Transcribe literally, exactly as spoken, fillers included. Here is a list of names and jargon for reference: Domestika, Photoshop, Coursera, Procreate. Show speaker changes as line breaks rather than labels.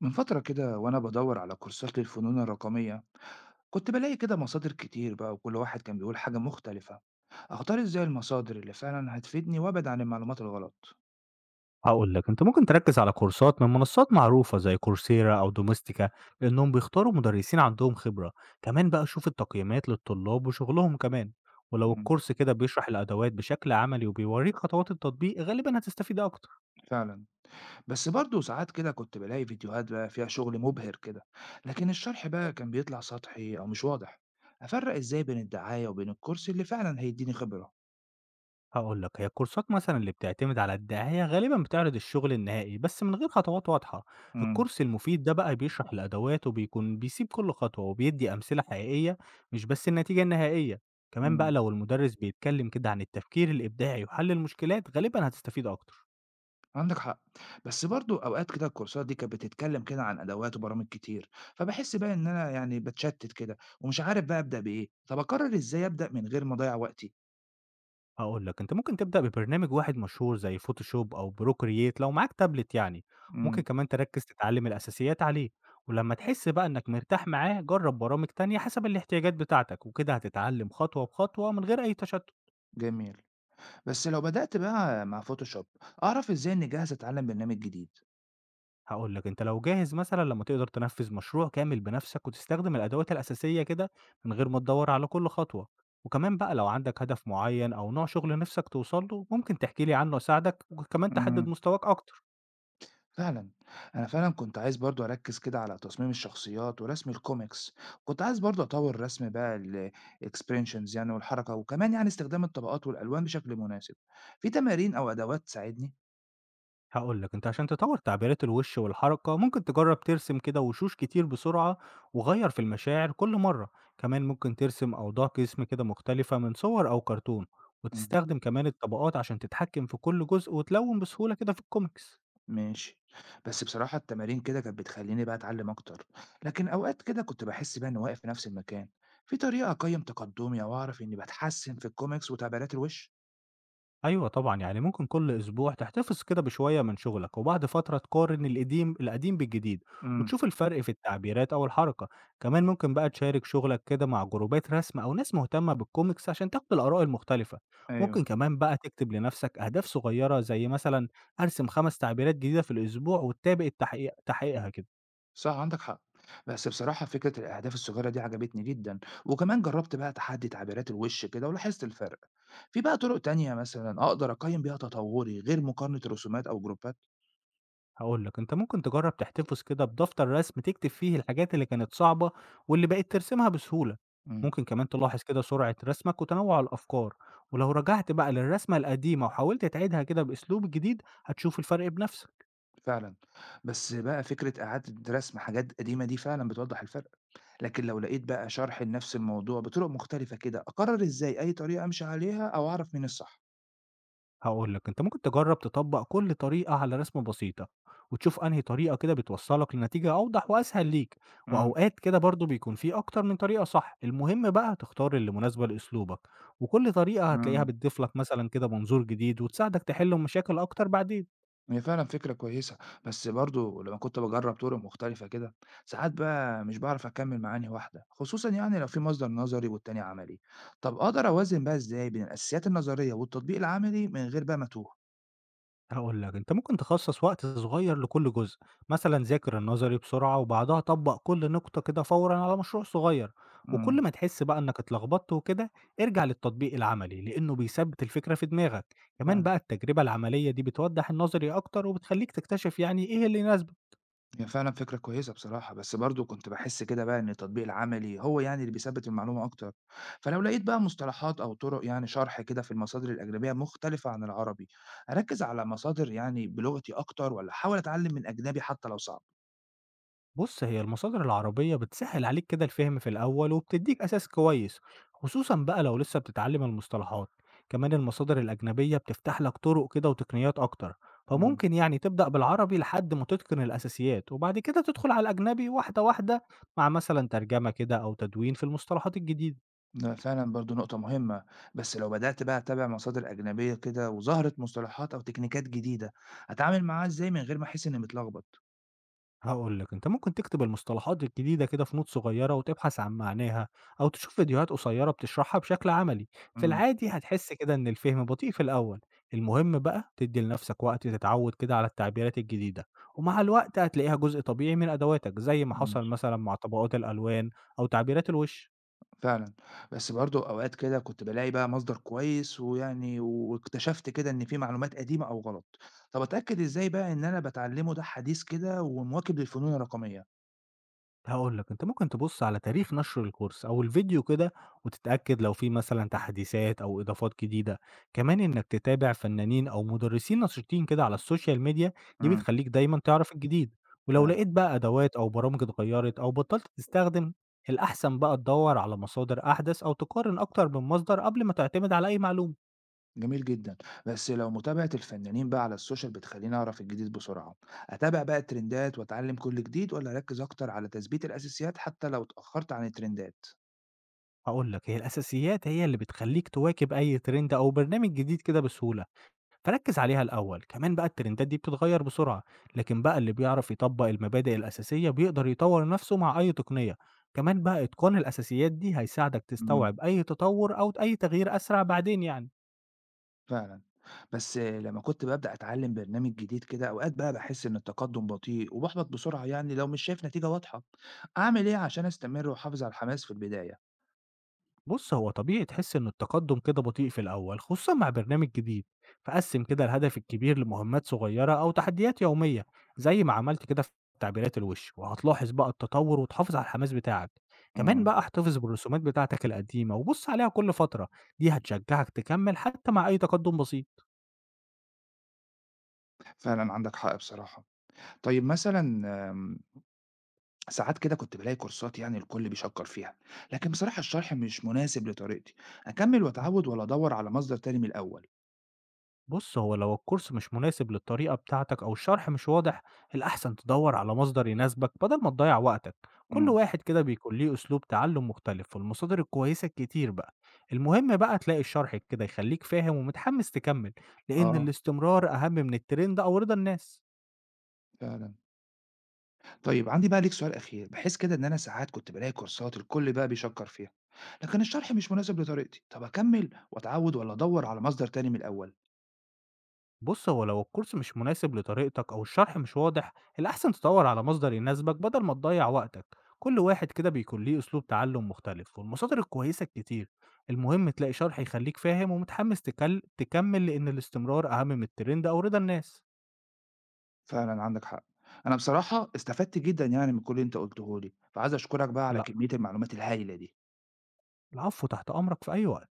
من فترة كده وأنا بدور على كورسات للفنون الرقمية. كنت بلاقي كده مصادر كتير بقى، وكل واحد كان بيقول حاجة مختلفة. أختار إزاي المصادر اللي فعلا هتفيدني وأبعد عن المعلومات الغلط؟
هاقول لك، أنت ممكن تركّز على كورسات من منصات معروفة زي كورسيرا أو دوميستيكا، لإنهم بيختاروا مدرسين عندهم خبرة، كمان بقى شوف التقييمات للطلاب وشغلهم كمان، ولو
مم،
الكورس كده بيشرح الأدوات بشكل عملي وبيوريك خطوات التطبيق غالبًا هتستفيد أكتر.
فعلا. بس برضه ساعات كده كنت بلاقي فيديوهات بقى فيها شغل مبهر كده، لكن الشرح بقى كان بيطلع سطحي أو مش واضح. أفرق إزاي بين الدعاية وبين الكورس اللي فعلا هيديني خبرة؟
هاقول لك، هي الكورسات مثلًا اللي بتعتمد على الدعاية غالبًا بتعرض الشغل النهائي بس من غير خطوات واضحة،
مم.
الكورس المفيد ده بقى بيشرح الأدوات وبيكون بيسيب كل خطوة وبيدّي أمثلة حقيقية مش بس النتيجة النهائية، كمان بقى
مم.
لو المدرس بيتكلم كده عن التفكير الإبداعي وحل المشكلات غالبًا هتستفيد أكتر.
عندك حق. بس برضو اوقات كده الكورسات دي كانت بتتكلم كده عن ادوات وبرامج كتير، فبحس بقى ان انا يعني بتشتت كده ومش عارف بقى ابدا بايه. طب اقرر ازاي ابدا من غير ما اضيع وقتي؟
هاقول لك، أنت ممكن تبدأ ببرنامج واحد مشهور زي فوتوشوب أو procreate لو معاك تابلت يعني، ممكن
امم.
كمان تركّز تتعلم الأساسيات عليه، ولمّا تحس بقى إنك مرتاح معاه جرّب برامج تانية حسب الاحتياجات بتاعتك، وكده هتتعلم خطوة بخطوة من غير أي تشتُّت.
جميل. بس لو بدات بقى مع فوتوشوب، اعرف ازاي اني جاهز اتعلم برنامج جديد؟
هاقول لك، أنت لو جاهز مثلًا لمّا تقدر تنفّذ مشروع كامل بنفسك وتستخدم الأدوات الأساسية كده من غير ما تدوّر على كل خطوة، وكمان بقى لو عندك هدف معيّن أو نوع شغل نِفْسك توصل له ممكن تحكي لي عنه أساعدك وكمان تحدد
امم،
مستواك أكتر.
فعلا. انا فعلا كنت عايز برضو اركز كده على تصميم الشخصيات ورسم الكوميكس. كنت عايز برضو اطور رسم بقى الاكسبرينشنز يعني، والحركة، وكمان يعني استخدام الطبقات والالوان بشكل مناسب. في تمارين او ادوات تساعدني؟
هاقول لك، أنت عشان تطوّر تعبيرات الوِش والحركة، ممكن تجرّب ترسم كده وشوش كتير بسرعة وغيّر في المشاعر كل مرّة، كمان ممكن ترسم أوضاع جسم كده مختلفة من صور أو كرتون،
مم،
وتستخدم كمان الطبقات عشان تتحكم في كل جزء وتلوّن بسهولة كده في الكوميكس.
ماشي. بس بصراحة التمارين كده كانت بتخليني بقى اتعلم اكتر، لكن اوقات كده كنت بحس بقى اني واقف في نفس المكان. في طريقة اقيم تقدمي او اعرف اني بتحسن في الكوميكس وتعبيرات الوش؟
أيوه طبعًا، يعني ممكن كل أسبوع تحتفظ كده بشوية من شغلك، وبعد فترة تقارن القديم القديم بالجديد،
امم،
وتشوف الفرق في التعبيرات أو الحركة، كمان ممكن بقى تشارك شغلك كده مع جروبات رسم أو ناس مهتمة بالكوميكس عشان تاخد الآراء المختلفة،
ايوه،
ممكن كمان بقى تكتب لنفسك أهداف صغيرة زي مثلًا أرسم خمس تعبيرات جديدة في الأسبوع وتتابع التحقيق تحقيقها كده.
صح، عندك حق. بس بصراحة فكرة الأهداف الصغيرة دي عجبتني جدا. وكمان جربت بقى تحدي تعبيرات الوش كده، ولاحظت الفرق. في بقى طرق تانية مثلا أقدر أقيم بيها تطوري غير مقارنة رسومات أو جروبات؟
هاقول لك، أنت ممكن تجرّب تحتفظ كده بدفتر رسم تكتب فيه الحاجات اللي كانت صعبة واللي بقيت ترسمها بسهولة،
امم،
ممكن كمان تلاحظ كده سرعة رسمك وتنوُّع الأفكار، ولو رجعت بقى للرسمة القديمة وحاولت تعيدها كده بأسلوب جديد هتشوف الفرق بنفسك.
فعلا. بس بقى فكرة إعادة رسم حاجات قديمة دي فعلا بتوضح الفرق. لكن لو لقيت بقى شرح لنفس الموضوع بطرق مختلفة كده، أقرر إزاي أي طريقة أمشي عليها أو أعرف مين الصح؟
هاقول لك، أنت ممكن تجرّب تطبّق كل طريقة على رسمة بسيطة، وتشوف أنهي طريقة كده بتوصّلك لنتيجة أوضح وأسهل ليك،
امم.
وأوقات كده برضه بيكون في أكتر من طريقة صح، المهم بقى تختار اللي مناسبة لأسلوبك، وكل طريقة هتلاقيها
امم.
بتضيف لك مثلًا كده منظور جديد وتساعدك تحل مشاكل أكتر بعدين.
هي فعلًا فكرة كويسة، بس برضه لمّا كنت باجرّب طُرق مختلفة كده، ساعات بقى مش باعرف أكمّل مع أنهي واحدة، خصوصًا يعني لو في مصدر نظري والتاني عملي. طَب أقدر أوازن بقى إزاي بين الأساسيات النظرية والتطبيق العملي من غير بقى ما أتوه؟
هاقول لك، أنت ممكن تخصّص وقت صغير لكل جزء، مثلًا ذاكر النظري بسرعة وبعدها طبّق كل نقطة كده فورًا على مشروع صغير، وكل
إمم،
ما تحس بقى إنك اتلخبطت وكده، ارجع للتطبيق العملي، لإنه بيثبّت الفكرة في دماغك، كمان
فعلًا.
بقى التجربة العملية دي بتوضّح النظري أكتر وبتخلّيك تكتشف يعني إيه اللي يناسبك.
هي فعلًا فكرة كويسة بصراحة، بس برضه كنت باحس كده بقى إن التطبيق العملي هو يعني اللي بيثبّت المعلومة أكتر. فلو لقيت بقى مصطلحات أو طُرق يعني شرح كده في المصادر الأجنبية مختلفة عن العربي، أركّز على مصادر يعني بلغتي أكتر والّا أحاول أتعلّم من أجنبي حتى لو صعب؟
بُص، هي المصادر العربية بتسهِّل عليك كده الفهم في الأول وبتدّيك أساس كويس، خصوصًا بقى لو لسه بتتعلّم المصطلحات. كمان المصادر الأجنبية بتفتح لك طرق كده وتقنيات أكتر،
إمم،
فممكن يعني تبدأ بالعربي لحد ما تتقن الأساسيات وبعد كده تدخُل على الأجنبي واحدة، واحدة مع مثلًا ترجمة كده أو تدوين في المصطلحات الجديدة.
لأ فعلًا برضه نقطة مهمة. بس لو بدأت بقى أتابع مصادر أجنبية كده وظهرت مصطلحات أو تكنيكات جديدة، أتعامل معاها إزاي من غير ما أحس إني متلخبط؟
هاقول لك، أنت ممكن تكتب المصطلحات الجديدة كده في نوت صغيرة وتبحث عن معناها أو تشوف فيديوهات قصيرة بتشرحها بشكل عملي، في
إمم،
العادي هتحس كده إن الفهم بطيء في الأول، المهم بقى تدّي لنفسك وقت تتعود كده على التعبيرات الجديدة، ومع الوقت هتلاقيها جزء طبيعي من أدواتك زي ما حصل
ماشي.
مثلًا مع طبقات الألوان أو تعبيرات الوش.
فعلًا، بس برضه أوقات كده كنت بالاقي بقى مصدر كويس ويعني واكتشفت كده إن في معلومات قديمة أو غلط. طب أتأكد إزاي بقى إن أنا باتعلمه ده حديث كده ومواكب للفنون الرقمية؟
هاقول لك، أنت ممكن تبُص على تاريخ نشر الكورس أو الفيديو كده وتتأكد لو في مثلًا تحديثات أو إضافات جديدة، كمان إنك تتابع فنانين أو مُدرّسين نشيطين كده على السوشيال ميديا، دي
إمم،
بتخلّيك دايمًا تعرف الجديد، ولو
فعلًا.
لقيت بقى أدوات أو برامج اتغيّرت أو بطّلت تستخدم، الأحسن بقى تدوّر على مصادر أحدث أو تقارن أكتر من مصدر قبل ما تعتمد على أي معلومة.
جميل جدًا، بس لو متابعة الفنانين بقى على السوشيال بتخلّيني أعرف الجديد بسرعة، أتابع بقى الترندات وأتعلم كل جديد والّا أركّز أكتر على تثبيت الأساسيات حتى لو اتأخرت عن الترندات؟
هاقول لك، هي الأساسيات هي اللي بتخلّيك تواكب أي ترند أو برنامج جديد كده بسهولة. فركز عليها الأول كمان بقى الترندات دي بتتغير بسرعة لكن بقى اللي بيعرف يطبق المبادئ الأساسية بيقدر يطور نفسه مع أي تقنية كمان بقى إتقان الأساسيات دي هيساعدك
إمم.
تستوعب أي تطور أو أي تغيير أسرع بعدين يعني
فعلًا، بس لمّا كنت بابدأ أتعلم برنامج جديد كده أوقات بقى باحس إن التقدم بطيء وباحبط بسرعة يعني لو مش شايف نتيجة واضحة. أعمل إيه عشان أستمر وأحافظ على الحماس في البداية؟
بُص، هو طبيعي تحس إن التقدُّم كده بطيء في الأول، خصوصًا مع برنامج جديد، فقسِّم كده الهدف الكبير لمهمّات صغيّرة أو تحديات يومية، زي ما عملت كده في تعبيرات الوِش، وهتلاحظ بقى التطوُّر وتحافظ على الحماس بتاعك. كمان
إمم.
بقى احتفظ بالرسومات بتاعتك القديمة وبُص عليها كل فترة، دي هتشجّعك تكمّل حتى مع أي تقدُّم بسيط.
فعلًا عندك حق بصراحة. طيب مثلًا ساعات كده كنت بلاقي كورسات يعني الكل بيشكر فيها، لكن بصراحة الشرح مش مناسب لطريقتي. أكمل وأتعود ولا أدور على مصدر تاني من الأول؟
بُص، هو لو الكورس مش مناسب للطريقة بتاعتك أو الشرح مش واضح، الأحسن تدوّر على مصدر يناسبك بدل ما تضيّع وقتك، كل
امم.
واحد كده بيكون ليه أسلوب تعلُّم مختلف والمصادر الكويسة كتير بقى، المهم بقى تلاقي الشرح كده يخلّيك فاهم ومتحمّس تكمّل، لإن
آه،
الاستمرار أهم من الترند أو رضا الناس.
فعلا. طيب عندي بقى ليك سؤال أخير. بحس كده إن أنا ساعات كنت بلاقي كورسات الكل بقى بيشكر فيها، لكن الشرح مش مناسب لطريقتي. طب أكمل وأتعود ولا أدور على مصدر تاني من الأول؟
بُص، هو لو الكورس مش مناسب لطريقتك أو الشرح مش واضح، الأحسن تدوّر على مصدر يناسبك بدل ما تضيّع وقتك، كل واحد كده بيكون ليه أسلوب تعلُّم مختلف والمصادر الكويسة كتير، المهم تلاقي شرح يخلّيك فاهم ومتحمس تكل تكمّل لإن الاستمرار أهم من الترند أو رضا الناس.
فعلا عندك حق. أنا بصراحة استفدت جدا يعني من كل اللي أنت قلته لي، فعايز أشكرك بقى على
لأ،
كمية المعلومات الهائلة دي.
العفو، تحت أمرك في أي وقت.